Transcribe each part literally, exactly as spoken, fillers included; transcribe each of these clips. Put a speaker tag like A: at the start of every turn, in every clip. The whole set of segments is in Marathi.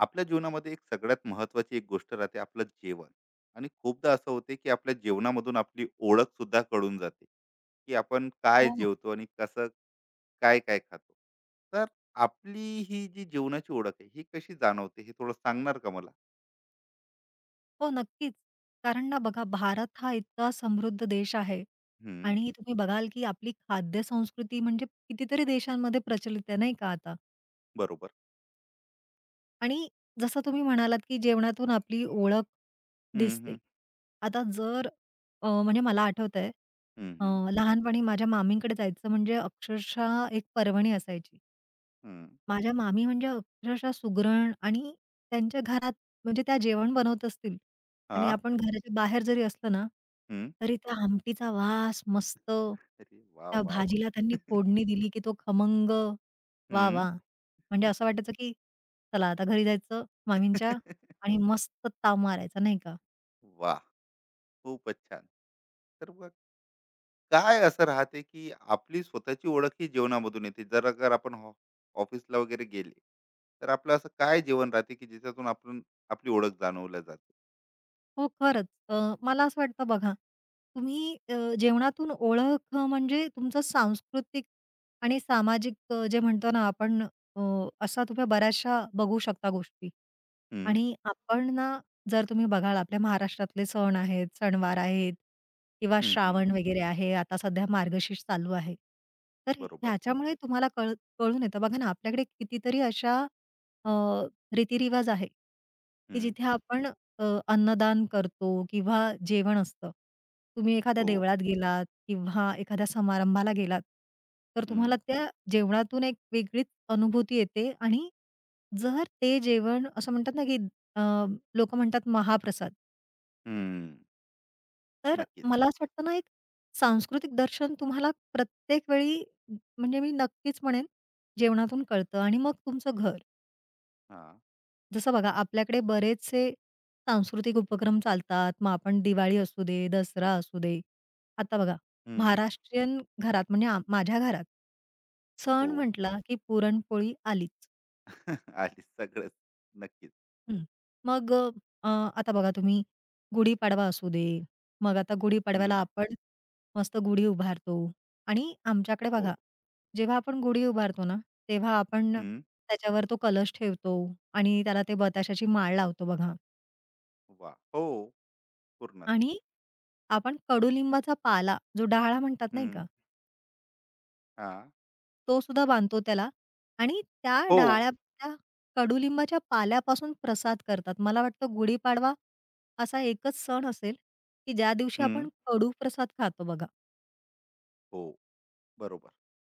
A: आपल्या जीवनामध्ये एक सगळ्यात महत्वाची एक गोष्ट राहते आपलं जेवण. आणि खूपदा असं होते की आपल्या जेवणामधून आपली ओळख सुद्धा कळून जाते, की आपण काय
B: हो, हो.
A: जेवतो आणि कसं काय काय खातो. तर आपली ही जी जेवणाची ओळख आहे ही कशी जाणवते हे थोडं सांगणार का मला?
B: हो, नक्कीच. कारण ना बघा, भारत हा इतका समृद्ध देश आहे
A: हम्म.
B: आणि तुम्ही बघाल, की आपली खाद्य संस्कृती म्हणजे कितीतरी देशांमध्ये प्रचलित आहे, नाही का आता?
A: बरोबर.
B: आणि जसं तुम्ही म्हणालात, की जेवणातून आपली ओळख
A: हम्म
B: दिसते.
A: हम्म.
B: आता जर अ, म्हणजे मला आठवतंय,
A: हम्म
B: अ,
A: हम्म.
B: लहानपणी माझ्या मामींकडे जायचं म्हणजे अक्षरशः एक पर्वणी असायची.
A: हम्म.
B: माझ्या मामी म्हणजे अक्षरशः सुगरण आणि त्यांच्या घरात म्हणजे त्या जेवण बनवत असतील
A: हा.
B: आणि आपण घराच्या बाहेर जरी असलं ना,
A: हम्म.
B: तरी त्या आमटीचा वास मस्त,
A: अरे वा
B: त्या
A: वा वा.
B: भाजीला त्यांनी फोडणी दिली की तो खमंग. वाह!
A: हम्म.
B: वाह! म्हणजे असं वाटायचं की चला आता घरी जायचं मामींच्या आणि मस्त ताव मारायचा, नाही का?
A: वा, खूपच छान. तर मग काय असं राहते की आपली स्वतःची ओळख ही जेवणामधून येते जर अगर आपण हॉ- ऑफिसला वगैरे गेले, तर आपलं असं काय जेवण राहते की ज्याच्यातून आपण आपली ओळख जाणवल्या जाते.
B: हो, खरंच. अ, मला असं वाटतं बघा, तुम्ही अ, जेवणातून ओळख अ, म्हणजे तुमचं सांस्कृतिक आणि सामाजिक अ, जे म्हणतो ना आपण अ, अशा तुम्ही बऱ्याचशा बघू शकता गोष्टी.
A: हम्म,
B: आणि आपण ना, जर तुम्ही बघाल आपल्या महाराष्ट्रातले सण आहेत, सणवार आहेत किंवा
A: हम्म, हम्म,
B: श्रावण वगैरे आहे. आता सध्या मार्गशीर्ष चालू आहे. तर
A: बरोबर.
B: ह्याच्यामुळे तुम्हाला कळ कळून येतं. बघा ना, आपल्याकडे कितीतरी अशा अ, रीतिरिवाज आहे, की
A: हम्म,
B: जिथे आपण अ, अन्नदान करतो किंवा जेवण असतं. तुम्ही एखाद्या
A: हो.
B: देवळात गेलात किंवा एखाद्या समारंभाला गेलात, तर
A: हम्म,
B: तुम्हाला त्या जेवणातून एक वेगळीच अनुभूती येते आणि जर ते जेवण असं म्हणतात ना, की अ, म्हणतात महाप्रसाद.
A: हम्म,
B: तर
A: नक्कीच.
B: मला असं वाटतं ना, एक सांस्कृतिक दर्शन तुम्हाला प्रत्येक वेळी म्हणजे मी नक्कीच म्हणेन, जेवणातून कळतं आणि मग तुमचं घर.
A: हा.
B: जसं बघा आपल्याकडे बरेचसे सांस्कृतिक उपक्रम चालतात. मग आपण दिवाळी असू दे, दसरा असू दे. आता बघा
A: हम्म,
B: महाराष्ट्रीयन घरात म्हणजे आ माझ्या घरात
A: हो.
B: सण म्हटला की पुरणपोळी आलीच.
A: आली सगळंच, नक्कीच.
B: हं. मग अ, आता बघा तुम्ही गुढीपाडवा असू दे. मग आता गुढीपाडव्याला
A: हम्म,
B: आपण मस्त गुढी उभारतो आणि आमच्याकडे
A: हो.
B: बघा जेव्हा आपण गुढी उभारतो ना, तेव्हा आपण
A: हम्म,
B: त्याच्यावर तो कलश ठेवतो आणि त्याला ते बताशाची माळ लावतो बघा.
A: वा हो, पूर्ण.
B: आणि आपण कडुलिंबाचा पाला, जो डाळा म्हणतात नाही
A: हम्म,
B: का,
A: हा.
B: तो सुद्धा बांधतो त्याला आणि त्या
A: हो.
B: डाळ्या त्या कडुलिंबाच्या पाल्यापासून प्रसाद करतात. मला वाटतं गुढीपाडवा असा एकच सण असेल, की ज्या दिवशी
A: हम्म,
B: आपण कडू प्रसाद खातो बघा.
A: हो. बरोबर.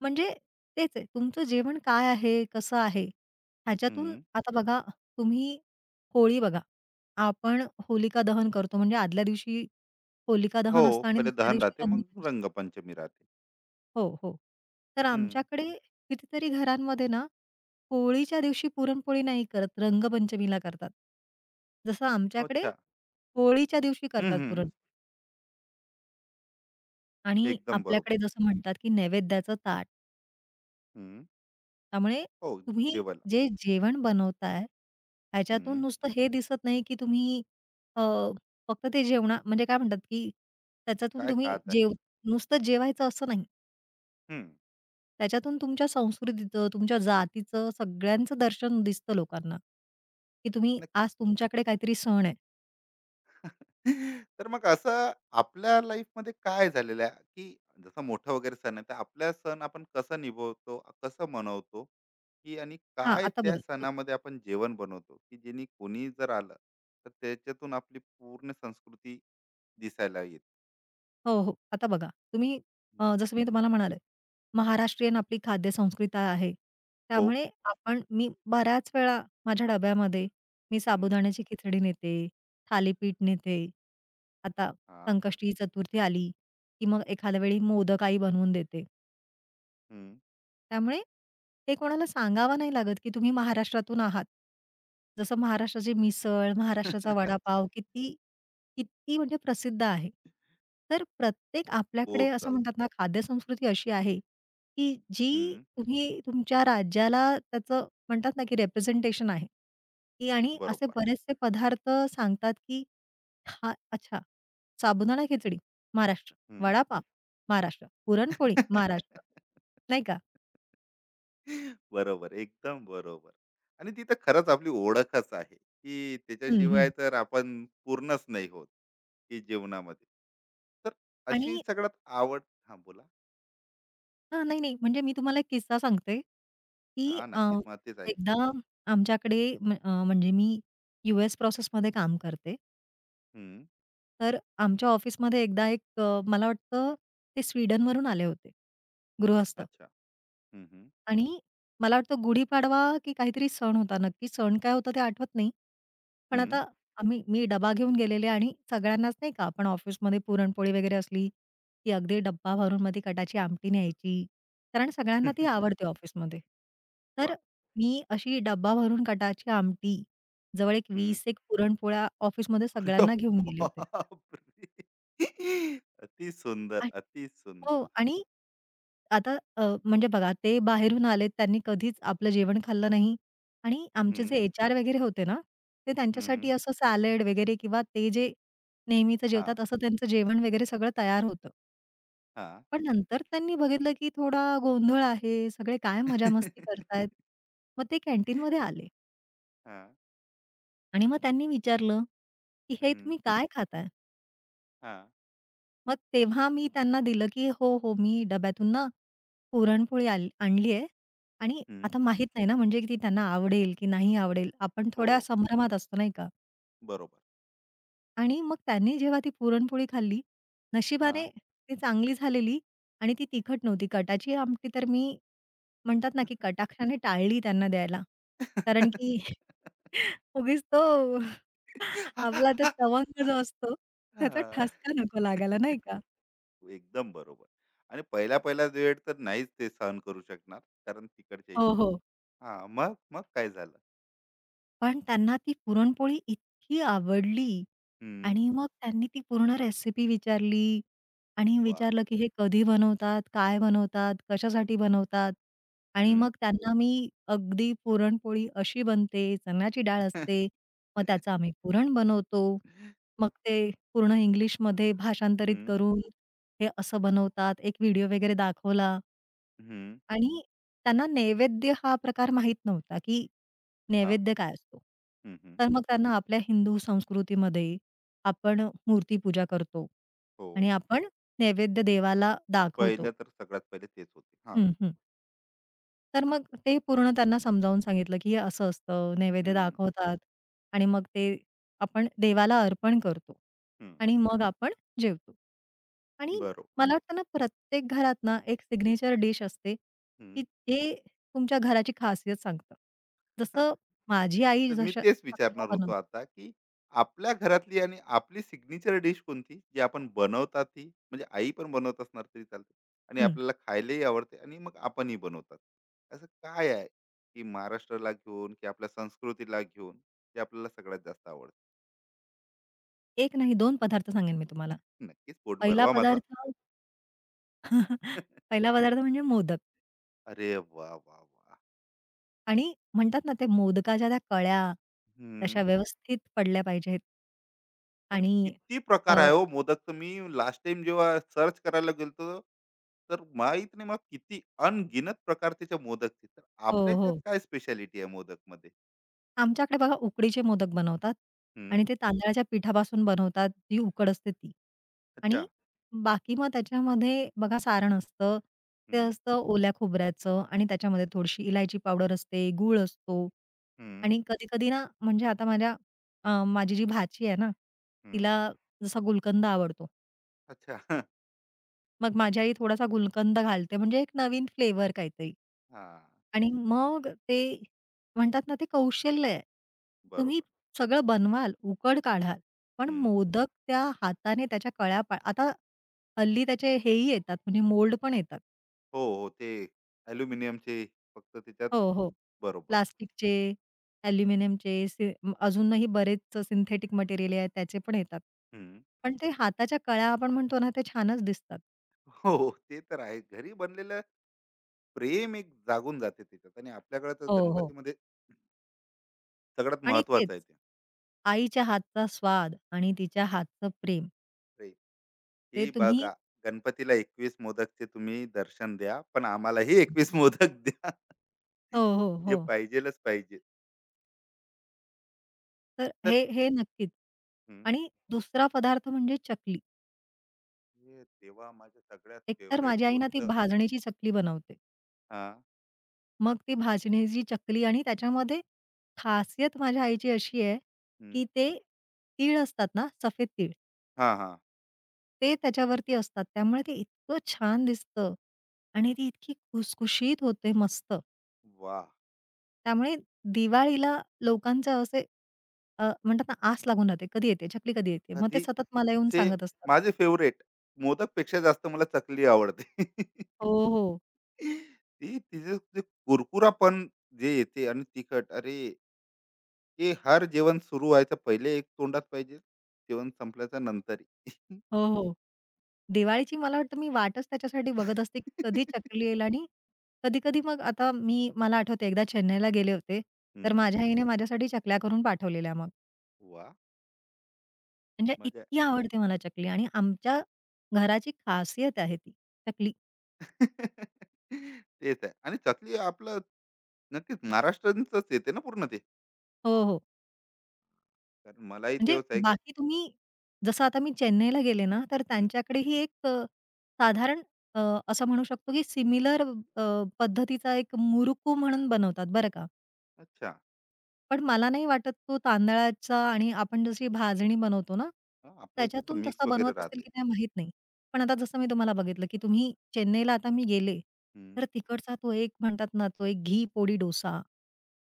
B: म्हणजे तेच आहे, तुमचं जेवण काय आहे, कसं आहे? ह्याच्यातून
A: हम्म,
B: आता बघा तुम्ही होळी बघा, आपण होलिका दहन करतो म्हणजे आदल्या दिवशी होलिका
A: हो.
B: दहन असतं आणि
A: पहिले
B: दुसऱ्या
A: दहन
B: दिवशी
A: राहते मग
B: रंगपंचमी.
A: रंगपंचमी राहते.
B: हो, हो. तर
A: हम्म.
B: आमच्याकडे कितीतरी घरांमध्ये ना, होळीच्या दिवशी पुरणपोळी नाही करत, रंगपंचमीला करतात. जसं आमच्याकडे
A: अच्छा.
B: होळीच्या दिवशी
A: हं,
B: करतात
A: हं.
B: पुरण आणि
A: एकदम बरोबर.
B: आपल्याकडे जसं म्हणतात, की नैवेद्याचं ताट.
A: हं.
B: त्यामुळे
A: हो,
B: तुम्ही
A: देवाला.
B: जे जेवण बनवताय, ह्याच्यातून
A: हं.
B: नुसतं हे दिसत नाही, की तुम्ही अ, फक्त ते जेवणा म्हणजे काय म्हणतात, की त्याच्यातून
A: काय
B: तुम्ही
A: खात आहे?
B: जेव नुसतं जेवायचं असं नाही.
A: हं.
B: त्याच्यातून तुमच्या संस्कृतीचं, तुमच्या जातीचं सगळ्यांचं दर्शन दिसतं लोकांना, की तुम्ही
A: नक्की.
B: आज तुमच्याकडे काहीतरी सण आहे.
A: तर मग असं आपल्या लाईफमध्ये काय झालेलं आहे, की जसं मोठं वगैरे सण आहे, तर आपला सण आपण कसं निभवतो, कसं मनवतो, की आणि
B: हां,
A: काय
B: आता
A: त्या
B: बघा तु-
A: सणामध्ये आपण जेवण बनवतो, की जेणे कोणी जर आलं, तर त्याच्यातून आपली पूर्ण संस्कृती दिसायला येते?
B: हो, हो. आता बघा तुम्ही
A: हम्म.
B: अ, जसं मी तुम्हाला म्हणाले, महाराष्ट्रीयन आपली खाद्य संस्कृती आहे.
A: हो.
B: त्यामुळे आपण मी बऱ्याच वेळा माझ्या डब्यामध्ये मी
A: हं.
B: साबुदाण्याची खिचडी नेते, थालीपीठ नेते. आता
A: हां.
B: संकष्टी चतुर्थी आली, की मग एखाद्या वेळी मोदक आई बनवून देते.
A: हं.
B: त्यामुळे ते कोणाला सांगावं नाही लागत, की तुम्ही महाराष्ट्रातून आहात. जसं महाराष्ट्राची मिसळ, महाराष्ट्राचा हो. वडापाव किती, किती म्हणजे प्रसिद्ध आहे. तर प्रत्येक आपल्याकडे
A: खूप
B: असं
A: जास्त.
B: म्हणतात ना, खाद्यसंस्कृती अशी आहे, की जी
A: हं.
B: तुम्ही तुमच्या राज्याला त्याचं म्हणतात ना, की रिप्रेझेंटेशन आहे, की आणि असे
A: बरोबर.
B: बरेचसे पदार्थ सांगतात, की हा अच्छा, साबुदाणा खिचडी, महाराष्ट्र.
A: हं.
B: वडापाव, महाराष्ट्र. पुरणपोळी, महाराष्ट्र. नाही का?
A: बरोबर, एकदम बरोबर. आणि ती तर खरंच आपली ओळखच आहे, की
B: हं,
A: त्याच्याशिवाय
B: हं.
A: तर आपण पूर्णच नाही होत, की जीवनामध्ये. तर
B: आणि
A: अशी सगळ्यात आवड. हां, बोला.
B: हां, नाही, नाही. म्हणजे मी तुम्हाला एक किस्सा सांगते, की
A: हां,
B: अ,
A: नक्कीच. मला तेच ऐक.
B: एकदा आमच्याकडे म्ह अ, म्हणजे मी यू-एस प्रोसेसमध्ये काम करते.
A: हं,
B: तर आमच्या ऑफिसमध्ये एकदा एक अ, मला वाटतं ते स्वीडनवरून आले होते गृहस्थ.
A: अच्छा. हं, हं,
B: आणि मला वाटतं गुढीपाडवा की काहीतरी सण होता. नक्की सण काय होता ते आठवत नाही. पण
A: हं.
B: आता आम्ही मी डबा घेऊन गेलेले आणि सगळ्यांनाच नाही का आपण ऑफिसमध्ये पुरणपोळी वगैरे असली, की अगदी डब्बा भरून मग कटाची आमटी न्यायची. कारण सगळ्यांना ती आवडते ऑफिसमध्ये. तर
A: वाह!
B: मी अशी डब्बा भरून कटाची आमटी, जवळ एक
A: हं.
B: वीस एक पुरणपोळ्या ऑफिसमध्ये
A: अरे
B: सगळ्यांना घेऊन गेले होते.
A: बापरे! अति सुंदर, अति सुंदर.
B: हो आणि आता अ, म्हणजे बघा ते बाहेरून आलेत, त्यांनी कधीच आपलं जेवण खाल्लं नाही आणि आमचे
A: हं,
B: जे एच-आर वगैरे होते ना, ते
A: हं, हं.
B: त्यांच्यासाठी असं सॅलड वगैरे किंवा ते जे नेहमीचं
A: हां,
B: जेवतात असं त्यांचं जेवण वगैरे सगळं तयार होतं.
A: हां.
B: पण नंतर त्यांनी बघितलं, की थोडा गोंधळ आहे, सगळे काय मजामस्ती करतायत. मग ते कॅन्टीनमध्ये आले
A: हां,
B: आणि मग त्यांनी विचारलं, की "हे
A: हं,
B: तुम्ही काय खाताय?"
A: हां.
B: मग तेव्हा मी त्यांना दिलं, की "हो, हो, मी डब्यातून ना पुरणपोळी आल आणली आहे आणि
A: हं.
B: आता माहीत नाही ना, म्हणजे की ती त्यांना आवडेल की नाही आवडेल." आपण
A: हो,
B: थोड्या संभ्रमात असतो, नाही का?
A: बरोबर.
B: आणि मग त्यांनी जेव्हा ती पुरणपोळी खाल्ली,
A: हां.
B: नशिबाने
A: हां.
B: ती चांगली झालेली आणि ती तिखट नव्हती. कटाची आमटी तर मी म्हणतात ना, की कटाक्षाने टाळली त्यांना द्यायला. कारण की उगीच तो आपला तो तवंग जो असतो, त्याचा ठसका नको लागायला, नाही का?
A: एकदम बरोबर. आणि पहिला-पहिला वेळ तर नाहीच ते सहन करू शकणार. कारण तिकडच्या
B: हो,
A: इथे.
B: हो.
A: हां, मग? मग काय झालं?
B: पण त्यांना ती पुरणपोळी इतकी आवडली
A: हं.
B: आणि मग त्यांनी ती पूर्ण रेसिपी विचारली आणि
A: वाह!
B: विचारलं, की "हे कधी बनवतात? काय बनवतात? कशासाठी बनवतात?" आणि
A: हं.
B: मग त्यांना मी अगदी पुरणपोळी अशी बनते, चण्याची डाळ असते, मग त्याचं आम्ही पुरण बनवतो. मग ते पूर्ण इंग्लिशमध्ये भाषांतरित
A: हं,
B: करून हे असं बनवतात. एक व्हिडिओ वगैरे दाखवला
A: हं.
B: आणि त्यांना नैवेद्य हा प्रकार माहीत नव्हता, की
A: हां.
B: नैवेद्य काय असतो?
A: हं, हं.
B: तर मग त्यांना आपल्या हिंदू संस्कृतीमध्ये आपण मूर्तीपूजा करतो
A: हो.
B: आणि आपण नैवेद्य देवाला
A: पहिलं
B: दाखवतो.
A: तर सगळ्यात पहिले तेच होते. हां.
B: हं, हं. तर मग ते पूर्ण त्यांना समजावून सांगितलं, की हे असं असतं, नैवेद्य
A: हं,
B: दाखवतात आणि मग ते आपण देवाला अर्पण करतो
A: हं.
B: आणि मग आपण जेवतो. आणि
A: बरोबर.
B: मला वाटतं ना, प्रत्येक घरात ना, एक सिग्नेचर डिश असते, की ते तुमच्या घराची खासियत सांगतं. जसं माझी आई
A: तर मी
B: जशा
A: तेच
B: चकल्या
A: विचारणार होतो
B: बनवते
A: आता, की आपल्या घरातली आणि आपली सिग्नेचर डिश कोणती, जी आपण बनवतात ती? म्हणजे आई पण बनवत असणार तरी चालते आणि
B: हं.
A: आपल्याला खायलाही आवडते आणि मग आपणही बनवतात. असं काय आहे, की महाराष्ट्राला घेऊन, की आपल्या संस्कृतीला घेऊन, जे आपल्याला सगळ्यात जास्त आवडतं?
B: एक नाही दोन पदार्थ सांगेन मी तुम्हाला.
A: नक्कीच पोट
B: पहिला
A: भरवा माझं.
B: पदार्थ पहिला पदार्थ म्हणजे मोदक.
A: अरे वाह, वाह, वाह!
B: आणि म्हणतात ना, ते मोदकाच्या त्या कळ्या
A: हं.
B: तशा व्यवस्थित पडल्या पाहिजेत.
A: पण
B: आणि
A: किती
B: अ,
A: प्रकार आहे हो मोदकचं. मी लास्ट टाईम जेव्हा सर्च करायला गेलो होतो, तर माहित नाही मग किती अनगिनत प्रकारचे त्या मोदकचे, तर
B: हो,
A: आपल्या याच्यात
B: हो.
A: काय स्पेशालिटी आहे मोदक मध्ये?
B: आमच्याकडे बघा उकडीचे मोदक बनवतात
A: हम्म.
B: आणि ते तांदळाच्या पिठापासून बनवतात, जी उकड असते ती.
A: अच्छा.
B: आणि बाकी मग त्याच्यामध्ये बघा सारण असतं. ते
A: हम्म.
B: असतं ओल्या खोबऱ्याचं आणि त्याच्यामध्ये थोडीशी इलायची पावडर असते, गूळ असतो
A: हम्म.
B: आणि कधी-कधी ना, म्हणजे आता माझ्या अ, माझी जी भाची आहे ना,
A: हम्म.
B: तिला जसा गुलकंद आवडतो.
A: अच्छा.
B: मग माझ्या आई थोडासा गुलकंद घालते म्हणजे एक नवीन फ्लेवर काहीतरी.
A: हा.
B: आणि मग ते म्हणतात ना, ते कौशल्य आहे. तुम्ही
A: बरोबर.
B: सगळं बनवाल, उकड काढाल, पण
A: हम्म.
B: मोदक त्या हाताने त्याच्या कळ्या पा आता हल्ली त्याचे हेही येतात म्हणजे मोल्ड पण येतात.
A: हो हो, ते अल्युमिनियमचे, फक्त त्याच्यात.
B: हो, हो.
A: बरोबर.
B: प्लास्टिकचे, अॅल्युमिनियमचे, सि म- अजूनही बरेच सिंथेटिक मटेरियल आहे त्याचे पण येतात.
A: हम्म.
B: पण ते हाताच्या कळ्या आपण म्हणतो ना, ते छानच दिसतात.
A: हो हो, ते तर आहे घरी बनलेलं. प्रेम एक जागून जाते त्याच्यात आणि आपल्याकडे
B: हो,
A: तर
B: हो.
A: गणपतीमध्ये सगळ्यात
B: आणि तेच.
A: महत्वाचं आहे ते.
B: आईच्या हातचा स्वाद आणि तिच्या हातचं प्रेम,
A: प्रेम.
B: ते
A: हे
B: तुम्ही
A: बघा, गणपतीला एकवीस मोदकचे तुम्ही दर्शन द्या, पण आम्हालाही
B: हं.
A: एकवीस मोदक द्या.
B: हो, हो,
A: ते
B: हो.
A: पाहिजेलच पाहिजे.
B: तर
A: तर
B: हे हे नक्कीच.
A: हम्म,
B: आणि दुसरा पदार्थ म्हणजे चकली.
A: हे तेव्हा माझ्या सगळ्यात
B: एकतर
A: फेवरेट
B: माझी आई ना ती
A: गोष्ट.
B: भाजणीची चकली बनवते.
A: हा.
B: मग ती भाजणीची चकली आणि त्याच्यामध्ये खासियत माझ्या आईची अशी आहे,
A: हम्म,
B: की ते तीळ असतात ना, सफेद तीळ,
A: हा हा.
B: ते त्याच्यावरती असतात. त्यामुळे ते इतकं छान दिसतं आणि ती इतकी खुसखुशीत होते मस्त.
A: वा.
B: त्यामुळे दिवाळीला लोकांचं असे अ, म्हणतात ना आस लागून राहते, कधी येते, चकली कधी येते? मग ते
A: कधी
B: सतत मला येऊन
A: से
B: सांगत असतात.
A: माझे फेवरेट. मोदक पेक्षा जास्त मला चकली आवडते.
B: हो, हो.
A: ती, तिचे ते कुरकुरापण जे येते आणि तिखट, अरे ते हर जेवण सुरू व्हायचं पहिले एक तोंडात पाहिजे, जेवण संपल्याच्या नंतरही.
B: हो, हो. दिवाळीची मला वाटतं मी वाटच त्याच्यासाठी बघत असते, की कधी चकली येईल आणि कधी-कधी मग आता मी मला आठवते एकदा चेन्नईला गेले होते, तर
A: हम्म,
B: माझ्या आईने माझ्यासाठी चकल्या करून पाठवलेल्या मग.
A: वा.
B: म्हणजे
A: मजा.
B: इतकी आवडते मला चकली आणि आमच्या घराची खासियत आहे ती, चकली.
A: तेच आहे. आणि चकली आपलं नक्कीच महाराष्ट्रातच येते ना पूर्ण ते.
B: हो, हो.
A: कारण मलाही
B: म्हणजे
A: तेच आहे.
B: बाकी तुम्ही जसं आता मी चेन्नईला गेले ना, तर
A: हं,
B: त्यांच्याकडे ही एक अ, साधारण अ, असं म्हणू शकतो की सिमिलर पद्धतीचा एक मुरुकू म्हणून बनवतात बरं का.
A: अच्छा.
B: पण मला नाही वाटत तो तांदळाचा आणि आपण जशी भाजणी बनवतो ना,
A: हां, आपल्या इथं तर
B: त्याच्यातून तसा
A: मिक्स वगैरे
B: बनवत असतील
A: राहते.
B: की नाही माहीत नाही. पण आता जसं मी तुम्हाला बघितलं, की तुम्ही चेन्नईला आता मी गेले,
A: हं,
B: तर तिकडचा तो एक म्हणतात ना, तो एक घी पोडी डोसा,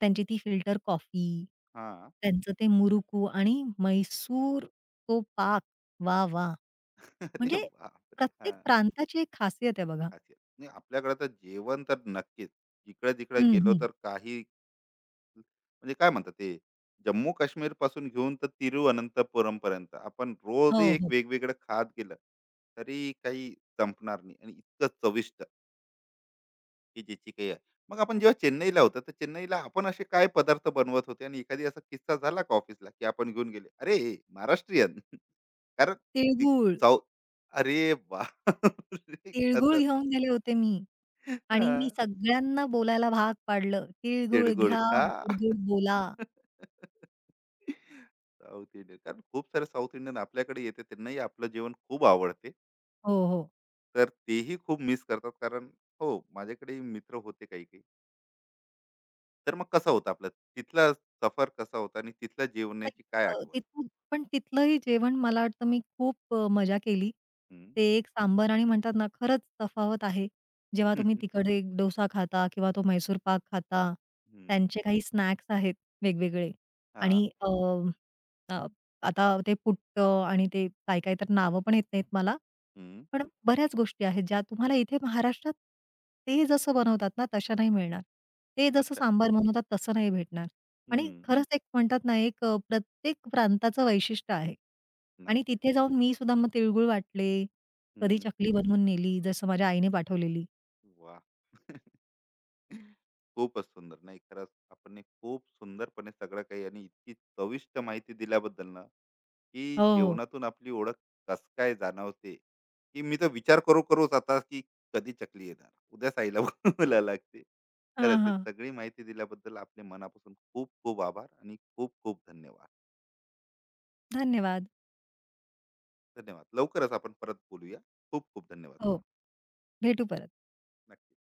B: त्यांची ती फिल्टर कॉफी,
A: हां.
B: त्यांचं ते मुरुकू आणि म्हैसूर तो पाक. वाह! वाह!
A: अरे
B: म्हणजे
A: बापरे!
B: प्रत्येक
A: हां,
B: प्रांताची एक खासियत आहे बघा.
A: खासियत. नाही आपल्याकडे तर जेवण तर नक्कीच. इकडे-तिकडे
B: हं,
A: गेलो
B: हं.
A: तर काही, म्हणजे काय म्हणतात ते, जम्मू काश्मीरपासून घेऊन तर तिरुअनंतपुरम पर्यंत आपण रोजही
B: हो,
A: एक
B: हो.
A: वेगवेगळं खात गेलं, तरी काही संपणार नाही आणि इतकं चविष्ट की ज्याची काही आहे. मग आपण जेव्हा चेन्नईला होतो, तर चेन्नईला आपण असे काय पदार्थ बनवत होते आणि एखादी असा किस्सा झाला का ऑफिसला की आपण घेऊन गेले, अरे हे महाराष्ट्रीयन? कारण ती
B: तिळगूळ,
A: साऊथ. अरे वा.
B: तिळगूळ
A: खतर.
B: घेऊन गेले होते मी.
A: हा,
B: आणि मी सगळ्यांना बोलायला भाग पाडलं. "तिळगुळ
A: तिळगुळ
B: घ्या,
A: खा.
B: गोड-गोड बोला."
A: साऊथ इंडियन, कारण खूप सारे साऊथ इंडियन आपल्याकडे येते, त्यांनाही आपलं जेवण खूप आवडते.
B: हो, हो.
A: तर तेही खूप मिस करतात कारण. हो, माझ्याकडे मित्र होते काही काही. तर मग कसा होता आपला तिथला सफर, कसा होता आणि तिथल्या
B: लाइक
A: जेवणाची काय
B: अ,
A: आठवण?
B: तिथून पण तिथलंही जेवण मला वाटतं मी खूप अ, मजा केली.
A: हं.
B: ते एक सांबर आणि म्हणतात ना, खरंच तफावत आहे. जेव्हा तुम्ही तिकडे डोसा खाता किंवा तो मैसूर पाक खाता.
A: हं.
B: त्यांचे काही स्नॅक्स आहेत वेगवेगळे
A: हां.
B: आणि अ अ, आता ते पुट्टं आणि ते काय-काय तर नावं पण येत नाहीत मला.
A: हं.
B: पण बऱ्याच गोष्टी आहेत ज्या तुम्हाला इथे महाराष्ट्रात ते जसं बनवतात ना तशा नाही मिळणार. ते जसं
A: अच्छा.
B: सांबार बनवतात तसं नाही भेटणार. आणि
A: हं.
B: खरंच एक म्हणतात ना एक अ, प्रत्येक प्रांताचं वैशिष्ट्य आहे. आणि
A: नक्कीच.
B: तिथे जाऊन मी सुद्धा मग तिळगुळ वाटले, कधी
A: हं.
B: चकली बनवून नेली जसं माझ्या आईने पाठवलेली.
A: वाह! खूपच सुंदर. नाही, खरंच आपण हे खूप सुंदरपणे सगळं काही आणि इतकी चविष्ट माहिती दिल्याबद्दल ना, की
B: हो, हो.
A: जेवणातून आपली ओळख कसं काय जाणवते, की मी तर विचार करू-करूच आता की कधी चकली येणार? उद्या साईला बोलवायला लागते.
B: हां,
A: खरंच ही
B: हां.
A: सगळी माहिती दिल्याबद्दल आपले मनापासून खूप खूप आभार आणि खूप खूप धन्यवाद.
B: धन्यवाद.
A: धन्यवाद. लवकरच आपण परत बोलूया. खूप खूप धन्यवाद
B: हो,
A: परत.
B: भेटू परत.
A: नक्की.